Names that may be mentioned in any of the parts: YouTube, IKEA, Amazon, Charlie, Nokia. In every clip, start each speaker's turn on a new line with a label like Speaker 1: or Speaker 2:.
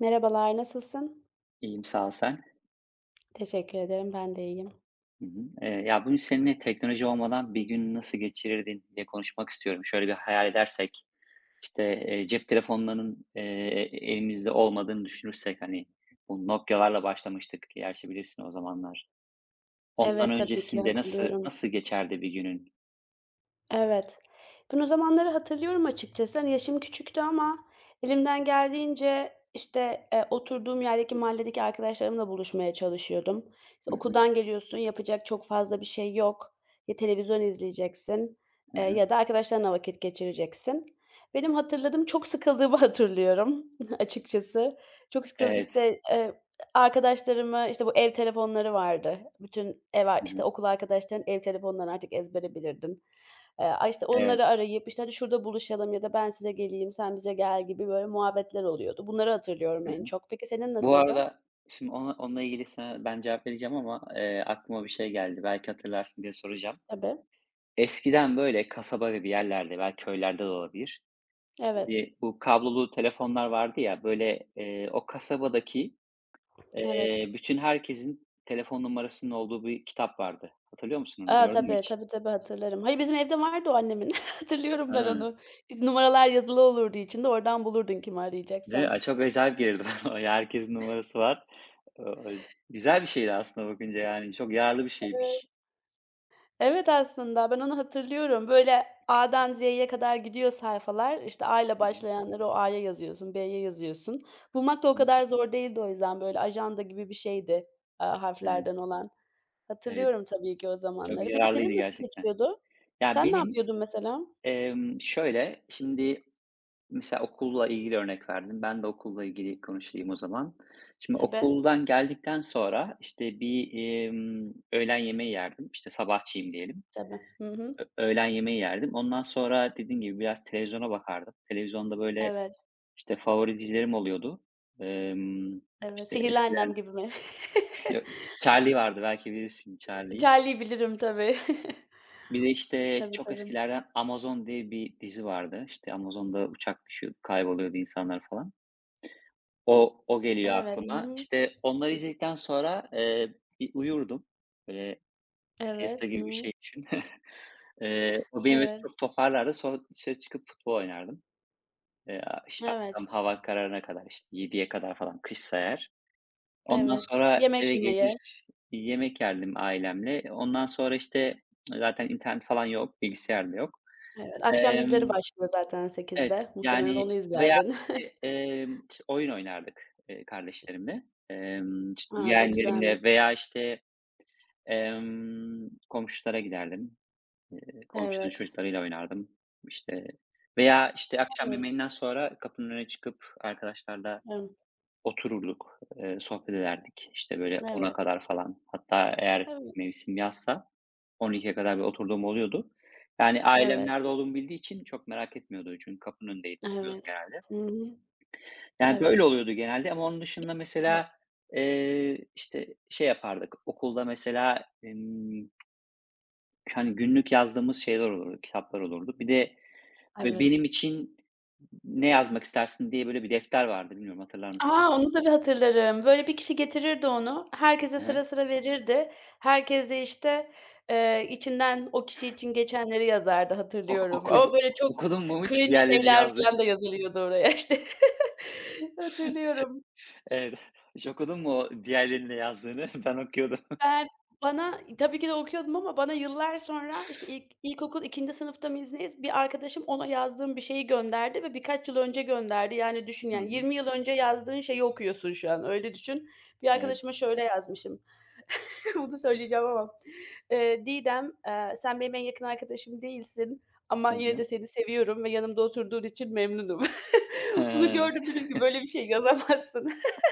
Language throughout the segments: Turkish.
Speaker 1: Merhabalar, nasılsın?
Speaker 2: İyiyim, sağ ol. Sen?
Speaker 1: Teşekkür ederim, ben de iyiyim.
Speaker 2: Hı hı. Ya, bugün seninle teknoloji olmadan bir gün nasıl geçirirdin diye konuşmak istiyorum. Şöyle bir hayal edersek, işte, cep telefonlarının, elimizde olmadığını düşünürsek, hani, bu Nokia'larla başlamıştık, gerçi bilirsin o zamanlar. Ondan
Speaker 1: Evet, tabii ki
Speaker 2: öncesinde nasıl
Speaker 1: hatırlıyorum.
Speaker 2: nasıl geçerdi bir günün?
Speaker 1: Evet. Ben o zamanları hatırlıyorum açıkçası. Hani, yaşım küçüktü ama elimden geldiğince, işte, oturduğum yerdeki mahalledeki arkadaşlarımla buluşmaya çalışıyordum. İşte,
Speaker 2: Hı hı.
Speaker 1: okuldan geliyorsun, yapacak çok fazla bir şey yok. Ya televizyon izleyeceksin,
Speaker 2: Hı hı.
Speaker 1: ya da arkadaşlarınla vakit geçireceksin. Benim hatırladığım çok sıkıldığımı hatırlıyorum açıkçası. Çok sıkıldım,
Speaker 2: Evet.
Speaker 1: işte, arkadaşlarımı, işte, bu ev telefonları vardı. Bütün ev ar
Speaker 2: Hı
Speaker 1: işte,
Speaker 2: hı.
Speaker 1: okul arkadaşlarının ev telefonlarını artık ezbere bilirdin. A, işte,
Speaker 2: Evet.
Speaker 1: onları arayıp, işte, "Hadi şurada buluşalım." ya da "Ben size geleyim, sen bize gel." gibi böyle muhabbetler oluyordu. Bunları hatırlıyorum
Speaker 2: Hı
Speaker 1: en
Speaker 2: hı.
Speaker 1: çok. Peki senin
Speaker 2: Bu
Speaker 1: nasıldı?
Speaker 2: arada şimdi onunla ilgili sana ben cevap vereceğim ama, aklıma bir şey geldi. Belki hatırlarsın diye soracağım.
Speaker 1: Tabii.
Speaker 2: Eskiden böyle kasaba gibi yerlerde veya köylerde de olabilir.
Speaker 1: Evet,
Speaker 2: Şimdi bu kablolu telefonlar vardı ya, böyle, o kasabadaki,
Speaker 1: evet.
Speaker 2: bütün herkesin telefon numarasının olduğu bir kitap vardı. Hatırlıyor musun onu?
Speaker 1: A,
Speaker 2: Gördün mü
Speaker 1: tabii,
Speaker 2: hiç?
Speaker 1: tabii, tabii hatırlarım. Hayır, bizim evde vardı o annemin. Hatırlıyorum
Speaker 2: Ha,
Speaker 1: ben onu. Numaralar yazılı olurdu içinde. Oradan bulurdun kimi
Speaker 2: ve
Speaker 1: arayacaksan.
Speaker 2: çok acayip gelirdi bana. Herkesin numarası var. Güzel bir şeydi aslında bakınca yani. Çok yararlı bir
Speaker 1: Evet.
Speaker 2: şeymiş.
Speaker 1: Evet, aslında ben onu hatırlıyorum. Böyle A'dan Z'ye kadar gidiyor sayfalar. İşte A ile
Speaker 2: Hı hı.
Speaker 1: başlayanları o A'ya yazıyorsun, B'ye yazıyorsun. Bulmak da
Speaker 2: Hı
Speaker 1: o
Speaker 2: hı.
Speaker 1: kadar zor değildi o yüzden. Böyle ajanda gibi bir şeydi,
Speaker 2: Evet,
Speaker 1: harflerden olan.
Speaker 2: evet.
Speaker 1: Hatırlıyorum tabii ki o
Speaker 2: Çok
Speaker 1: zamanları. Peki
Speaker 2: yararlıydı
Speaker 1: senin nasıl
Speaker 2: gerçekten.
Speaker 1: geçiyordu?
Speaker 2: Ya,
Speaker 1: Sen ne
Speaker 2: benim,
Speaker 1: yapıyordun mesela?
Speaker 2: şöyle, şimdi mesela okulla ilgili örnek verdim. Ben de okulla ilgili konuşayım o zaman. Şimdi
Speaker 1: Tabii,
Speaker 2: okuldan geldikten sonra, işte, bir, öğlen yemeği yerdim. İşte, sabahçıyım diyelim.
Speaker 1: tabii. Hı hı.
Speaker 2: Öğlen yemeği yerdim. Ondan sonra dediğim gibi biraz televizyona bakardım. Televizyonda, böyle,
Speaker 1: Evet,
Speaker 2: işte, favori dizilerim oluyordu. Emm,
Speaker 1: evet.
Speaker 2: işte,
Speaker 1: Sihirli
Speaker 2: eskiden
Speaker 1: Annem gibi mi?
Speaker 2: Charlie vardı, belki bilirsin Charlie'yi.
Speaker 1: Charlie'yi bilirim tabii.
Speaker 2: Bir de, işte,
Speaker 1: Tabii,
Speaker 2: çok
Speaker 1: tabii.
Speaker 2: eskilerden Amazon diye bir dizi vardı. İşte, Amazon'da uçak düşüyordu, kayboluyordu insanlar falan. O geliyor
Speaker 1: Evet. Hı
Speaker 2: aklıma.
Speaker 1: hı.
Speaker 2: İşte onları izledikten sonra, bir uyurdum. Böyle siesta
Speaker 1: Evet. Hı
Speaker 2: gibi bir
Speaker 1: hı.
Speaker 2: şey düşün. O beni böyle
Speaker 1: Evet.
Speaker 2: çok toparlardı. Sonra dışarı çıkıp futbol oynardım. Eee, iş
Speaker 1: Evet.
Speaker 2: Akşam hava kararına kadar, işte 7'ye kadar falan kışsa eğer. Ondan
Speaker 1: Evet,
Speaker 2: sonra
Speaker 1: yemek
Speaker 2: eve gelir,
Speaker 1: yemeye,
Speaker 2: yemek yerdim ailemle. Ondan sonra, işte, zaten internet falan yok, bilgisayar da yok.
Speaker 1: evet. Akşam
Speaker 2: Emm
Speaker 1: dizileri başlıyor zaten
Speaker 2: Evet,
Speaker 1: 8'de. Muhtemelen
Speaker 2: yani,
Speaker 1: onu
Speaker 2: veya,
Speaker 1: izlerdin.
Speaker 2: işte, oyun oynardık, kardeşlerimle. İşte,
Speaker 1: A, o
Speaker 2: yeğenlerimle
Speaker 1: güzelmiş.
Speaker 2: veya, işte, komşulara giderdim. Komşuların
Speaker 1: Evet.
Speaker 2: çocuklarıyla oynardım. İşte, veya, işte, akşam
Speaker 1: Evet.
Speaker 2: yemeğinden sonra kapının önüne çıkıp arkadaşlarla
Speaker 1: Emm,
Speaker 2: otururduk, sohbet ederdik. İşte, böyle ona
Speaker 1: evet.
Speaker 2: kadar falan. Hatta eğer
Speaker 1: Evet.
Speaker 2: mevsim yazsa 12'ye kadar bir oturduğum oluyordu. Yani ailem
Speaker 1: Evet.
Speaker 2: nerede olduğumu bildiği için çok merak etmiyordu. Çünkü kapının önündeydim oluyordu
Speaker 1: Evet.
Speaker 2: genelde.
Speaker 1: Hı hı.
Speaker 2: Yani,
Speaker 1: Evet.
Speaker 2: böyle oluyordu genelde ama onun dışında
Speaker 1: Evet.
Speaker 2: mesela, işte, şey yapardık, okulda mesela, hani, günlük yazdığımız şeyler olurdu, kitaplar olurdu. Bir de, böyle,
Speaker 1: Evet.
Speaker 2: benim için ne yazmak istersin diye, böyle, bir defter vardı, bilmiyorum hatırlar mısın?
Speaker 1: A! Onu tabii hatırlarım. Böyle bir kişi getirirdi onu. Herkese
Speaker 2: Hı hı.
Speaker 1: sıra sıra verirdi. Herkes de, işte, içinden o kişi için geçenleri yazardı
Speaker 2: Ok
Speaker 1: hatırlıyorum.
Speaker 2: okur
Speaker 1: Ama böyle çok
Speaker 2: Okudun mu hiç
Speaker 1: cringe
Speaker 2: diğerlerini
Speaker 1: şeyler
Speaker 2: yazdı?
Speaker 1: falan da yazılıyordu oraya, işte. Hatırlıyorum.
Speaker 2: Evet. Hiç okudun mu o diğerlerinin de yazdığını? Ben okuyordum.
Speaker 1: Ben bana tabii ki de okuyordum ama bana yıllar sonra, işte, ilkokul ikinci sınıfta mıyız neyiz, bir arkadaşım ona yazdığım bir şeyi gönderdi ve birkaç yıl önce gönderdi. Yani düşün,
Speaker 2: Hı
Speaker 1: yani
Speaker 2: hı.
Speaker 1: 20 yıl önce yazdığın şeyi okuyorsun şu an, öyle düşün. Bir
Speaker 2: Evet.
Speaker 1: arkadaşıma şöyle yazmışım, bunu söyleyeceğim ama, "Didem, sen benim en yakın arkadaşım değilsin ama
Speaker 2: Hı
Speaker 1: yine
Speaker 2: hı.
Speaker 1: de seni seviyorum ve yanımda oturduğun için memnunum." Bunu
Speaker 2: Hıı.
Speaker 1: gördüm, dedim ki böyle bir şey yazamazsın.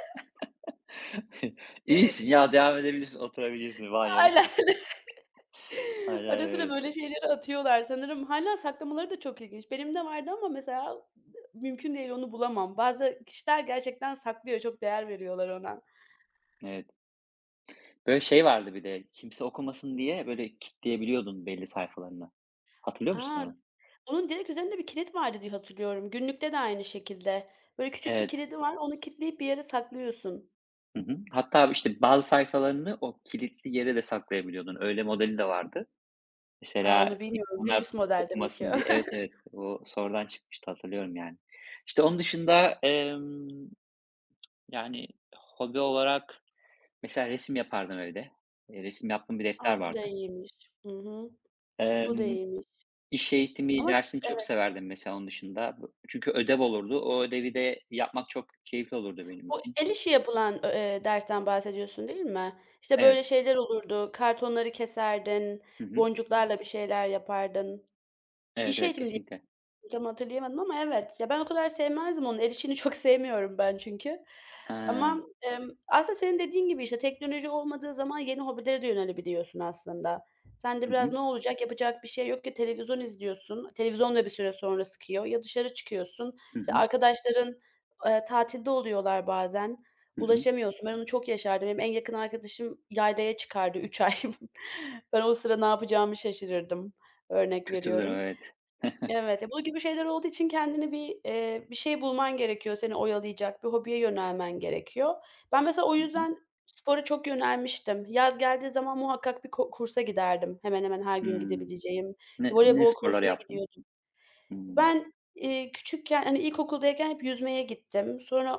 Speaker 2: İyisin ya, devam edebilirsin, oturabilirsin. Vay,
Speaker 1: Aynen.
Speaker 2: yarasın. Hayır, hayır,
Speaker 1: Ara sıra
Speaker 2: evet.
Speaker 1: böyle şeyleri atıyorlar sanırım. Hâlâ saklamaları da çok ilginç. Benim de vardı ama mesela mümkün değil, onu bulamam. Bazı kişiler gerçekten saklıyor, çok değer veriyorlar ona.
Speaker 2: Evet. Böyle şey vardı bir de, kimse okumasın diye böyle kilitleyebiliyordun belli sayfalarını. Hatırlıyor musun
Speaker 1: A!
Speaker 2: onu?
Speaker 1: Onun direkt üzerinde bir kilit vardı diye hatırlıyorum. Günlükte de aynı şekilde. Böyle küçük bir
Speaker 2: Evet.
Speaker 1: kilidi var, onu kilitleyip bir yere saklıyorsun.
Speaker 2: Hı hı. Hatta işte bazı sayfalarını o kilitli yere de saklayabiliyordun. Öyle modeli de vardı.
Speaker 1: A, onu
Speaker 2: Mesela
Speaker 1: bilmiyorum.
Speaker 2: insanlar
Speaker 1: Üst model demek ki o.
Speaker 2: okumasın diye. Evet, evet. O sorudan çıkmıştı hatırlıyorum yani. İşte onun dışında, yani hobi olarak mesela resim yapardım evde. Resim yaptığım bir
Speaker 1: A,
Speaker 2: defter
Speaker 1: bu da
Speaker 2: vardı.
Speaker 1: iyiymiş. Hı hı. Bu da
Speaker 2: Emm
Speaker 1: iyiymiş
Speaker 2: İş eğitimi
Speaker 1: ama.
Speaker 2: dersini çok severdim mesela onun dışında. Çünkü ödev olurdu. O ödevi de yapmak çok keyifli olurdu benim
Speaker 1: Bu
Speaker 2: için.
Speaker 1: el işi yapılan, ö dersten bahsediyorsun, değil mi? İşte, böyle
Speaker 2: Evet.
Speaker 1: şeyler olurdu, kartonları keserdin,
Speaker 2: Hı hı.
Speaker 1: boncuklarla bir şeyler yapardın.
Speaker 2: Evet,
Speaker 1: İş
Speaker 2: evet,
Speaker 1: eğitimi
Speaker 2: kesinlikle.
Speaker 1: Tam hatırlayamadım ama evet. Ya, ben o kadar sevmezdim onu. El işini çok sevmiyorum ben çünkü.
Speaker 2: He.
Speaker 1: Ama,
Speaker 2: Hı
Speaker 1: aslında senin dediğin gibi, işte, teknoloji olmadığı zaman yeni hobilere de yönelebiliyorsun aslında. Sen de biraz
Speaker 2: hı.
Speaker 1: ne olacak, yapacak bir şey yok ya televizyon izliyorsun, televizyon da bir süre sonra sıkıyor ya dışarı çıkıyorsun.
Speaker 2: Hı
Speaker 1: İşte,
Speaker 2: hı.
Speaker 1: arkadaşların, tatilde oluyorlar bazen,
Speaker 2: Hı hı.
Speaker 1: ulaşamıyorsun. Ben onu çok yaşardım. Benim en yakın arkadaşım yaylaya çıkardı 3 ay. Ben o sıra ne yapacağımı şaşırırdım. Örnek
Speaker 2: Kötü bir durum,
Speaker 1: veriyorum.
Speaker 2: evet.
Speaker 1: Evet, ya, bu gibi şeyler olduğu için kendine bir şey bulman gerekiyor seni oyalayacak, bir hobiye yönelmen gerekiyor. Ben mesela o
Speaker 2: Hı hı.
Speaker 1: yüzden spora çok yönelmiştim. Yaz geldiği zaman muhakkak bir kursa giderdim. Hemen hemen her gün
Speaker 2: Hımm.
Speaker 1: gidebileceğim. İşte
Speaker 2: Ne
Speaker 1: voleybol
Speaker 2: sporlar
Speaker 1: kursuna
Speaker 2: yaptın?
Speaker 1: gidiyordum.
Speaker 2: Hımm.
Speaker 1: Ben, küçükken, hani, ilkokuldayken hep yüzmeye gittim. Sonra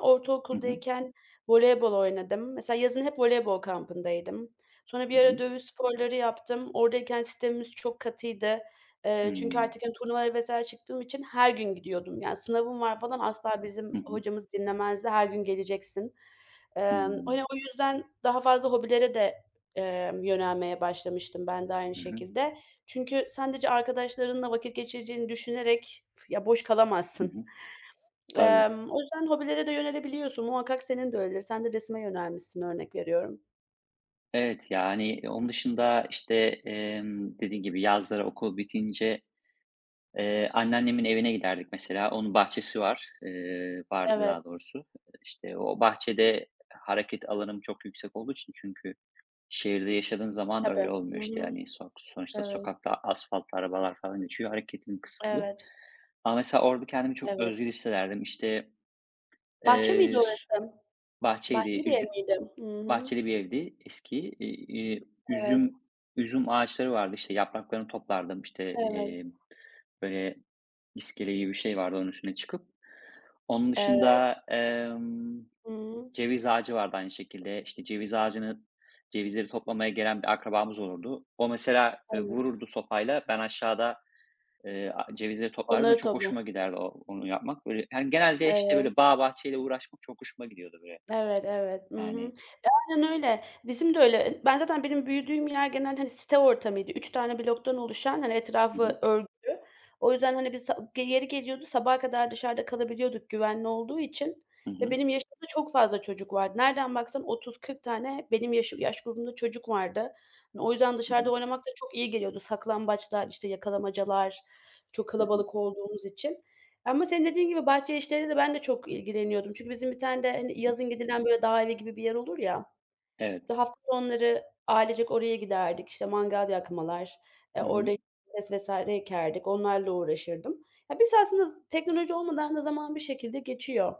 Speaker 2: Hı hı.
Speaker 1: ortaokuldayken voleybol oynadım. Mesela yazın hep voleybol kampındaydım. Sonra bir
Speaker 2: Hı
Speaker 1: ara
Speaker 2: hı.
Speaker 1: dövüş sporları yaptım. Oradayken sistemimiz çok katıydı. Çünkü
Speaker 2: Hımm.
Speaker 1: artık, hani, turnuvaya vs. çıktığım için her gün gidiyordum. Yani sınavım var falan asla bizim
Speaker 2: Hı hı.
Speaker 1: hocamız dinlemezdi. Her gün geleceksin. Emm,
Speaker 2: Hımm.
Speaker 1: hani, o yüzden daha fazla hobilere de, yönelmeye başlamıştım ben de aynı
Speaker 2: Hı hı.
Speaker 1: şekilde. Çünkü sadece arkadaşlarınla vakit geçireceğini düşünerek ya, boş
Speaker 2: Hı
Speaker 1: kalamazsın.
Speaker 2: hı. Tabii.
Speaker 1: O yüzden hobilere de yönelebiliyorsun. Muhakkak senin de öyledir. Sen de resme yönelmişsin örnek veriyorum.
Speaker 2: Evet, yani, onun dışında, işte, dediğin gibi yazları okul bitince, anneannemin evine giderdik mesela. Onun bahçesi var, vardı
Speaker 1: Evet,
Speaker 2: daha doğrusu. İşte, o bahçede hareket alanım çok yüksek olduğu için, çünkü şehirde yaşadığın zaman öyle
Speaker 1: tabii. Hı
Speaker 2: olmuyor, işte,
Speaker 1: hı.
Speaker 2: yani, sonuçta
Speaker 1: Evet,
Speaker 2: sokakta asfaltlı arabalar falan geçiyor, hareketin kısıtlı.
Speaker 1: evet,
Speaker 2: Ama mesela orada kendimi çok
Speaker 1: evet.
Speaker 2: özgür hissederdim. İşte,
Speaker 1: Bahçe miydi o
Speaker 2: s
Speaker 1: resim? Bahçeli
Speaker 2: bahçeydi,
Speaker 1: bir ev miydi? Hı hı.
Speaker 2: bahçeli bir evdi eski.
Speaker 1: Evet,
Speaker 2: Üzüm üzüm ağaçları vardı, işte, yapraklarını toplardım, işte,
Speaker 1: evet,
Speaker 2: böyle İskele gibi bir şey vardı onun üstüne çıkıp. Onun
Speaker 1: evet.
Speaker 2: dışında,
Speaker 1: Hı hı.
Speaker 2: ceviz ağacı vardı aynı şekilde. İşte, cevizleri toplamaya gelen bir akrabamız olurdu. O mesela,
Speaker 1: Evet.
Speaker 2: vururdu sopayla. Ben aşağıda, a cevizleri toplardım ve
Speaker 1: Onları
Speaker 2: çok
Speaker 1: topla
Speaker 2: hoşuma giderdi onu yapmak. Böyle, hani, genelde, işte,
Speaker 1: Evet,
Speaker 2: böyle bağ bahçeyle uğraşmak çok hoşuma gidiyordu böyle.
Speaker 1: evet, evet. Hı hı.
Speaker 2: Yani.
Speaker 1: Aynen öyle. Bizim de öyle. Ben zaten benim büyüdüğüm yer genelde, hani, site ortamıydı. Üç tane bloktan oluşan, hani,
Speaker 2: Hı
Speaker 1: etrafı
Speaker 2: hı.
Speaker 1: örgülü. O yüzden, hani, biz sa ge yeri geliyordu sabaha kadar dışarıda kalabiliyorduk güvenli olduğu için
Speaker 2: Hı
Speaker 1: ve
Speaker 2: hı.
Speaker 1: benim yaşımda çok fazla çocuk vardı. Nereden baksan 30-40 tane benim yaş grubumda çocuk vardı. Hani, o yüzden
Speaker 2: Hı
Speaker 1: dışarıda
Speaker 2: hı.
Speaker 1: oynamak da çok iyi geliyordu. Saklambaçlar, işte, yakalamacalar, çok
Speaker 2: Hı hı.
Speaker 1: kalabalık olduğumuz için. Ama senin dediğin gibi bahçe işleriyle de ben de çok ilgileniyordum. Çünkü bizim bir tane de,
Speaker 2: Hı
Speaker 1: hani,
Speaker 2: hı.
Speaker 1: yazın gidilen böyle dağ evi gibi bir yer olur ya
Speaker 2: Evet.
Speaker 1: işte, hafta sonları ailecek oraya giderdik, işte, mangal yakmalar,
Speaker 2: Hı
Speaker 1: orada
Speaker 2: hı.
Speaker 1: domates vs. ekerdik, onlarla uğraşırdım. Ya, biz aslında teknoloji olmadan da zaman bir şekilde geçiyor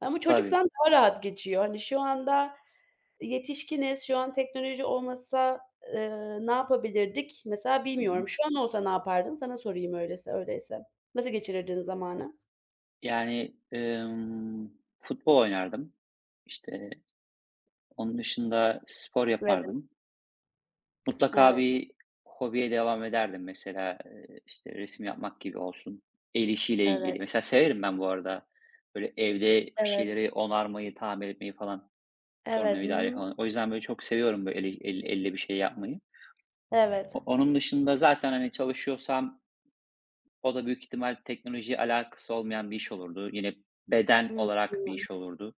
Speaker 1: ama
Speaker 2: Tabii.
Speaker 1: çocukken daha rahat geçiyor. Hani, şu anda yetişkiniz, şu an teknoloji olmasa, eee, ne yapabilirdik mesela
Speaker 2: Hı hı.
Speaker 1: bilmiyorum. Şu an olsa ne yapardın? Sana sorayım öyleyse. Nasıl geçirirdin zamanı?
Speaker 2: Yani, futbol oynardım. İşte onun dışında spor
Speaker 1: Evet,
Speaker 2: yapardım. Mutlaka
Speaker 1: evet,
Speaker 2: bir hobiye devam ederdim. Mesela, işte, resim yapmak gibi olsun, el işiyle
Speaker 1: evet,
Speaker 2: ilgili. Mesela severim ben bu arada, böyle, evde bir
Speaker 1: evet,
Speaker 2: şeyleri onarmayı, tamir etmeyi falan,
Speaker 1: evet. Hı
Speaker 2: tornavidayla
Speaker 1: hı.
Speaker 2: falan. O yüzden, böyle, çok seviyorum, böyle, el el elle bir şey yapmayı.
Speaker 1: Evet.
Speaker 2: Onun dışında zaten, hani, çalışıyorsam o da büyük ihtimal teknolojiyle alakası olmayan bir iş olurdu. Yine beden olarak bir
Speaker 1: Muhtemelen.
Speaker 2: iş olurdu.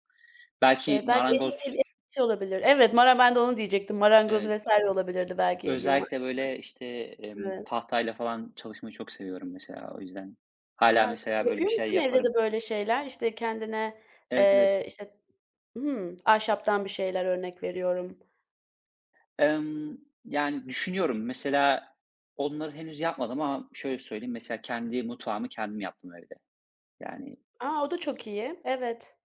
Speaker 2: Belki
Speaker 1: Evet, belki el
Speaker 2: marangoz.
Speaker 1: ele olabilir. Evet, ben de onu diyecektim. Marangoz
Speaker 2: eee,
Speaker 1: vs. olabilirdi belki ilgin var.
Speaker 2: Özellikle, böyle, işte,
Speaker 1: Evet.
Speaker 2: tahtayla falan çalışmayı çok seviyorum mesela o yüzden. Hala
Speaker 1: A, çok iyi.
Speaker 2: mesela böyle bir
Speaker 1: Yapıyor
Speaker 2: şey
Speaker 1: musun evde de
Speaker 2: yaparım.
Speaker 1: böyle şeyler? İşte, kendine,
Speaker 2: Evet, evet.
Speaker 1: işte, ahşaptan bir şeyler örnek veriyorum.
Speaker 2: Emm, Yani, düşünüyorum mesela, onları henüz yapmadım ama şöyle söyleyeyim, mesela kendi mutfağımı kendim yaptım evde. Yani,
Speaker 1: A, o da çok iyi. Evet.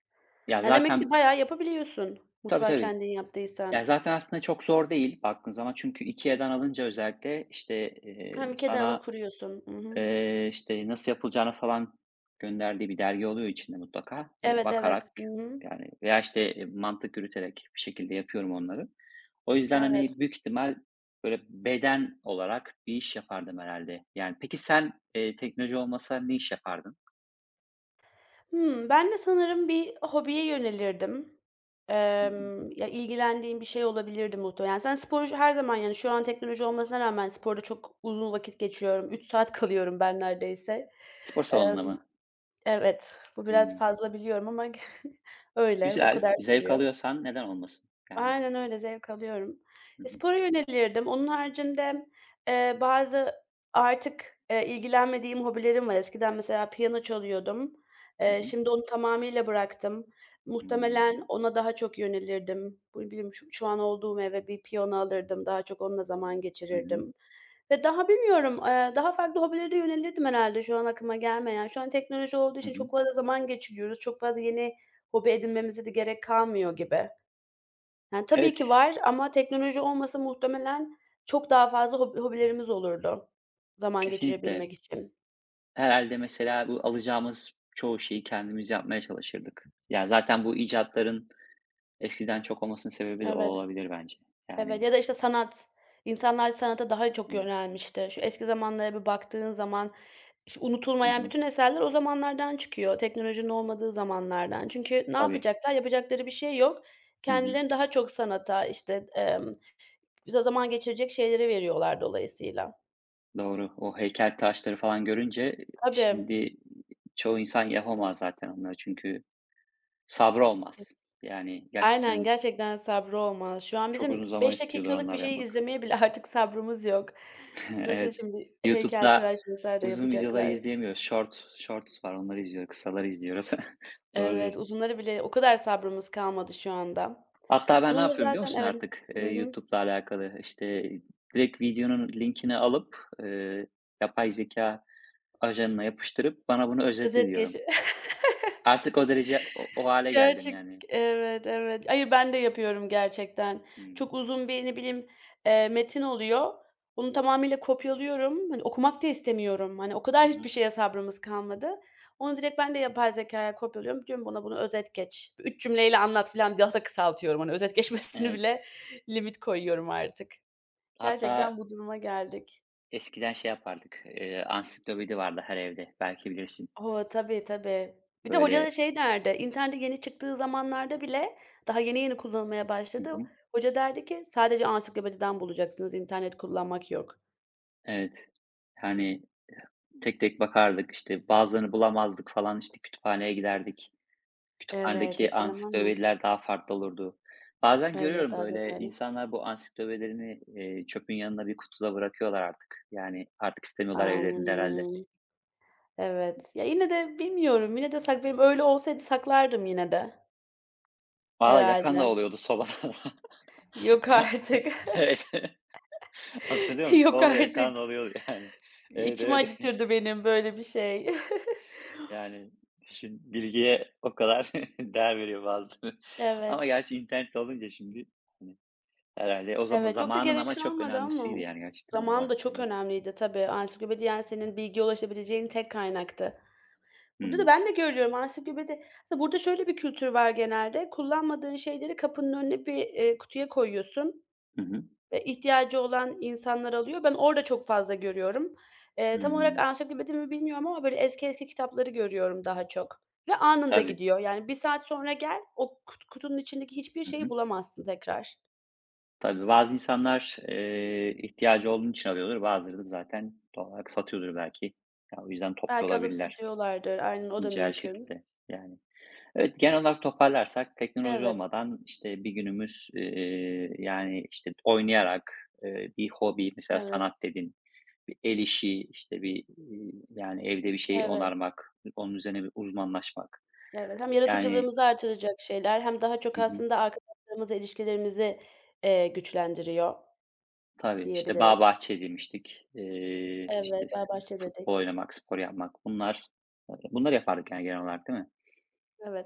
Speaker 2: ya,
Speaker 1: Ya, demek ki
Speaker 2: zaten.
Speaker 1: bayağı yapabiliyorsun
Speaker 2: Tabii,
Speaker 1: mutfağı
Speaker 2: tabii.
Speaker 1: kendin
Speaker 2: Ya,
Speaker 1: yaptıysan.
Speaker 2: zaten aslında çok zor değil baktığın zaman çünkü IKEA'dan alınca, özellikle, işte,
Speaker 1: Ha, Ikea'dan
Speaker 2: sana,
Speaker 1: alıp kuruyorsun. Hı hı.
Speaker 2: İşte, nasıl yapılacağını falan gönderdiği bir dergi oluyor içinde mutlaka. Böyle
Speaker 1: Evet,
Speaker 2: bakarak,
Speaker 1: evet. Hı hı.
Speaker 2: yani, veya, işte, mantık yürüterek bir şekilde yapıyorum onları. O yüzden,
Speaker 1: Evet.
Speaker 2: hani, büyük ihtimal böyle beden olarak bir iş yapardım herhalde. Yani, peki sen, teknoloji olmasa ne iş yapardın?
Speaker 1: Ben de sanırım bir hobiye yönelirdim.
Speaker 2: Hı hı.
Speaker 1: Ya, ilgilendiğim bir şey olabilirdi muhtemelen. Zaten spor j her zaman, yani, şu an teknoloji olmasına rağmen sporda çok uzun vakit geçiriyorum. Üç saat kalıyorum ben neredeyse.
Speaker 2: Spor
Speaker 1: Emm,
Speaker 2: salonunda mı?
Speaker 1: evet, bu biraz
Speaker 2: Hımm.
Speaker 1: fazla biliyorum ama öyle, o
Speaker 2: Güzel.
Speaker 1: kadar
Speaker 2: Zevk
Speaker 1: sürüyor.
Speaker 2: alıyorsan neden olmasın? Yani.
Speaker 1: Aynen öyle, zevk alıyorum.
Speaker 2: Hı
Speaker 1: E,
Speaker 2: hı.
Speaker 1: spora yönelirdim. Onun haricinde, bazı artık, ilgilenmediğim hobilerim var. Eskiden mesela piyano çalıyordum.
Speaker 2: Hı
Speaker 1: Eee,
Speaker 2: hı.
Speaker 1: şimdi onu tamamıyla bıraktım.
Speaker 2: Hımm.
Speaker 1: Muhtemelen ona daha çok yönelirdim. Bu bilmiyorum şu an olduğum eve bir piyano alırdım, daha çok onunla zaman
Speaker 2: Hı hı.
Speaker 1: geçirirdim ve daha bilmiyorum, daha farklı hobilere de yönelirdim herhâlde şu an aklıma gelmeyen. Şu an teknoloji olduğu
Speaker 2: Hı
Speaker 1: için
Speaker 2: hı.
Speaker 1: çok fazla zaman geçiriyoruz. Çok fazla yeni hobi edinmemize de gerek kalmıyor gibi. Yani, tabii
Speaker 2: Evet,
Speaker 1: ki var ama teknoloji olmasa muhtemelen çok daha fazla hobilerimiz olurdu zaman
Speaker 2: kesinlikle.
Speaker 1: geçirebilmek için.
Speaker 2: Herhalde mesela bu alacağımız çoğu şeyi kendimiz yapmaya çalışırdık. Yani zaten bu icatların eskiden çok olmasının sebebi de o
Speaker 1: Evet,
Speaker 2: olabilir bence.
Speaker 1: evet
Speaker 2: Yani.
Speaker 1: ya da, işte, sanat. İnsanlar sanata daha çok
Speaker 2: Hıı.
Speaker 1: yönelmişti. Şu eski zamanlara bir baktığın zaman, işte,
Speaker 2: Hı
Speaker 1: unutulmayan
Speaker 2: hı.
Speaker 1: bütün eserler o zamanlardan çıkıyor, teknolojinin olmadığı zamanlardan. Çünkü ne
Speaker 2: Tabii.
Speaker 1: yapacaklar? Yapacakları bir şey yok.
Speaker 2: Hı hı.
Speaker 1: Kendilerini daha çok sanata, işte, bize zaman geçirecek şeylere veriyorlar dolayısıyla.
Speaker 2: Doğru. O heykel taşları falan görünce
Speaker 1: Tabii.
Speaker 2: şimdi çoğu insan yapamaz zaten onları, çünkü sabrı olmaz. Yani
Speaker 1: Aynen,
Speaker 2: gerçekten
Speaker 1: gerçekten sabrı olmaz. Şu an
Speaker 2: çok
Speaker 1: bizim
Speaker 2: uzun zaman
Speaker 1: 5
Speaker 2: istiyorlar
Speaker 1: dakikalık bir
Speaker 2: onları
Speaker 1: şeyi
Speaker 2: yapmak.
Speaker 1: izlemeye bile artık sabrımız yok. Nasıl
Speaker 2: Evet.
Speaker 1: şimdi
Speaker 2: YouTube'da
Speaker 1: heykeltıraş vs.
Speaker 2: uzun videoları
Speaker 1: yapacaklar?
Speaker 2: izleyemiyoruz. Short shorts var, onları izliyoruz, kısaları izliyoruz. Doğru
Speaker 1: Evet,
Speaker 2: diyorsun.
Speaker 1: uzunları bile o kadar sabrımız kalmadı şu anda.
Speaker 2: Hatta ben ne
Speaker 1: Onun da
Speaker 2: yapıyorum biliyor
Speaker 1: zaten
Speaker 2: musun
Speaker 1: Evet.
Speaker 2: artık,
Speaker 1: Hı hı.
Speaker 2: YouTube'la alakalı? İşte, direkt videonun linkini alıp, yapay zeka ajanına yapıştırıp bana bunu özetle
Speaker 1: Özet
Speaker 2: diyorum.
Speaker 1: geçi
Speaker 2: Artık o derece o hâle geldim
Speaker 1: Gerçek
Speaker 2: yani.
Speaker 1: Evet, evet. Hayır, ben de yapıyorum gerçekten.
Speaker 2: Hımm.
Speaker 1: Çok uzun bir, ne bileyim, metin oluyor. Onu tamamıyla kopyalıyorum. Hani, okumak da istemiyorum. Hani, o
Speaker 2: Hı
Speaker 1: kadar hiçbir
Speaker 2: hı.
Speaker 1: şeye sabrımız kalmadı. Onu direkt ben de yapay zekâya kopyalıyorum. Diyorum bana bunu özet geç. 3 cümleyle anlat filan, daha da kısaltıyorum. Hani, özet geçmesini
Speaker 2: Evet.
Speaker 1: bile limit koyuyorum artık. Gerçekten
Speaker 2: Hatta
Speaker 1: bu duruma geldik.
Speaker 2: eskiden şey yapardık, ansiklopedi vardı her evde, belki bilirsin.
Speaker 1: O! Tabii, tabii. Bir de hoca da
Speaker 2: Böyle.
Speaker 1: şey derdi, internet yeni çıktığı zamanlarda bile daha yeni yeni kullanılmaya
Speaker 2: Hı
Speaker 1: başladı.
Speaker 2: hı.
Speaker 1: Hoca derdi ki, "Sadece ansiklopediden bulacaksınız, internet kullanmak yok."
Speaker 2: Evet. Yani tek tek bakardık, işte, bazılarını bulamazdık falan, işte, kütüphaneye giderdik.
Speaker 1: Evet,
Speaker 2: Kütüphanedeki
Speaker 1: hatırlamam mı?
Speaker 2: ansiklopediler daha farklı olurdu. Bazen
Speaker 1: Evet,
Speaker 2: görüyorum,
Speaker 1: daha
Speaker 2: böyle
Speaker 1: detaylı.
Speaker 2: insanlar bu ansiklopedilerini, çöpün yanına bir kutuda bırakıyorlar artık. Yani artık istemiyorlar evlerinde herhalde.
Speaker 1: Amm, evet. Ya, yine de bilmiyorum, yine de benim öyle olsaydı saklardım yine de
Speaker 2: Valla yakan
Speaker 1: herhalde.
Speaker 2: da oluyordu sobada.
Speaker 1: Yok
Speaker 2: Ya,
Speaker 1: artık.
Speaker 2: evet, hatırlıyor musun?
Speaker 1: Yok
Speaker 2: Sobada yakan
Speaker 1: artık.
Speaker 2: oluyordu yani. Evet,
Speaker 1: İçimi
Speaker 2: evet.
Speaker 1: acıtırdı benim böyle bir şey.
Speaker 2: Yani düşün, bilgiye o kadar değer veriyor bazıları. Ama
Speaker 1: Evet.
Speaker 2: gerçi internette olunca şimdi, hani, herhâlde o zaman
Speaker 1: Evet, çok da
Speaker 2: zamanın
Speaker 1: gerek
Speaker 2: ama çok
Speaker 1: kalmadı ama
Speaker 2: önemlisiydi yani gerçekten o
Speaker 1: zaman da çok
Speaker 2: aslında.
Speaker 1: önemliydi tabii. Ansiklopedi, yani, senin bilgiye ulaşabileceğin tek kaynaktı. Burada da
Speaker 2: Hı
Speaker 1: ben de görüyorum Aslında burada şöyle bir kültür var genelde, kullanmadığın şeyleri kapının önüne bir, kutuya koyuyorsun
Speaker 2: Hı hı.
Speaker 1: ve ihtiyacı olan insanlar alıyor. Ben orada çok fazla görüyorum. Tam olarak
Speaker 2: Hıı.
Speaker 1: ansiklopedi mi bilmiyorum ama böyle eski eski kitapları görüyorum daha çok ve anında
Speaker 2: Tabii.
Speaker 1: gidiyor. Yani bir saat sonra gel, o kutunun içindeki hiçbir
Speaker 2: Hı
Speaker 1: şeyi
Speaker 2: hı.
Speaker 1: bulamazsın tekrar.
Speaker 2: Tabii, bazı insanlar, ihtiyacı olduğu için alıyordur. Bazıları da zaten doğal olarak satıyordur belki. Ya, o yüzden toplu
Speaker 1: Belki alıp
Speaker 2: olabilirler
Speaker 1: satıyorlardır. Aynen, o da
Speaker 2: 2'nci el
Speaker 1: mümkün.
Speaker 2: şekilde, yani. Evet, genel olarak toparlarsak teknoloji
Speaker 1: Evet,
Speaker 2: olmadan, işte, bir günümüz, yani, işte, oynayarak, bir hobi, mesela
Speaker 1: evet,
Speaker 2: sanat dedin, bir el işi, işte, bir, yani, evde bir şeyi
Speaker 1: evet,
Speaker 2: onarmak, onun üzerine bir uzmanlaşmak,
Speaker 1: evet. Hem
Speaker 2: yani.
Speaker 1: yaratıcılığımızı artıracak şeyler hem daha çok
Speaker 2: Hı hı.
Speaker 1: aslında arkadaşlarımızla ilişkilerimizi, güçlendiriyor
Speaker 2: Tabii, işte,
Speaker 1: diyebiliriz.
Speaker 2: bağ bahçe demiştik.
Speaker 1: Evet,
Speaker 2: İşte,
Speaker 1: bağ bahçe
Speaker 2: futbol
Speaker 1: dedik.
Speaker 2: oynamak, spor yapmak, bunlar yapardık yani genel olarak, değil mi?
Speaker 1: Evet.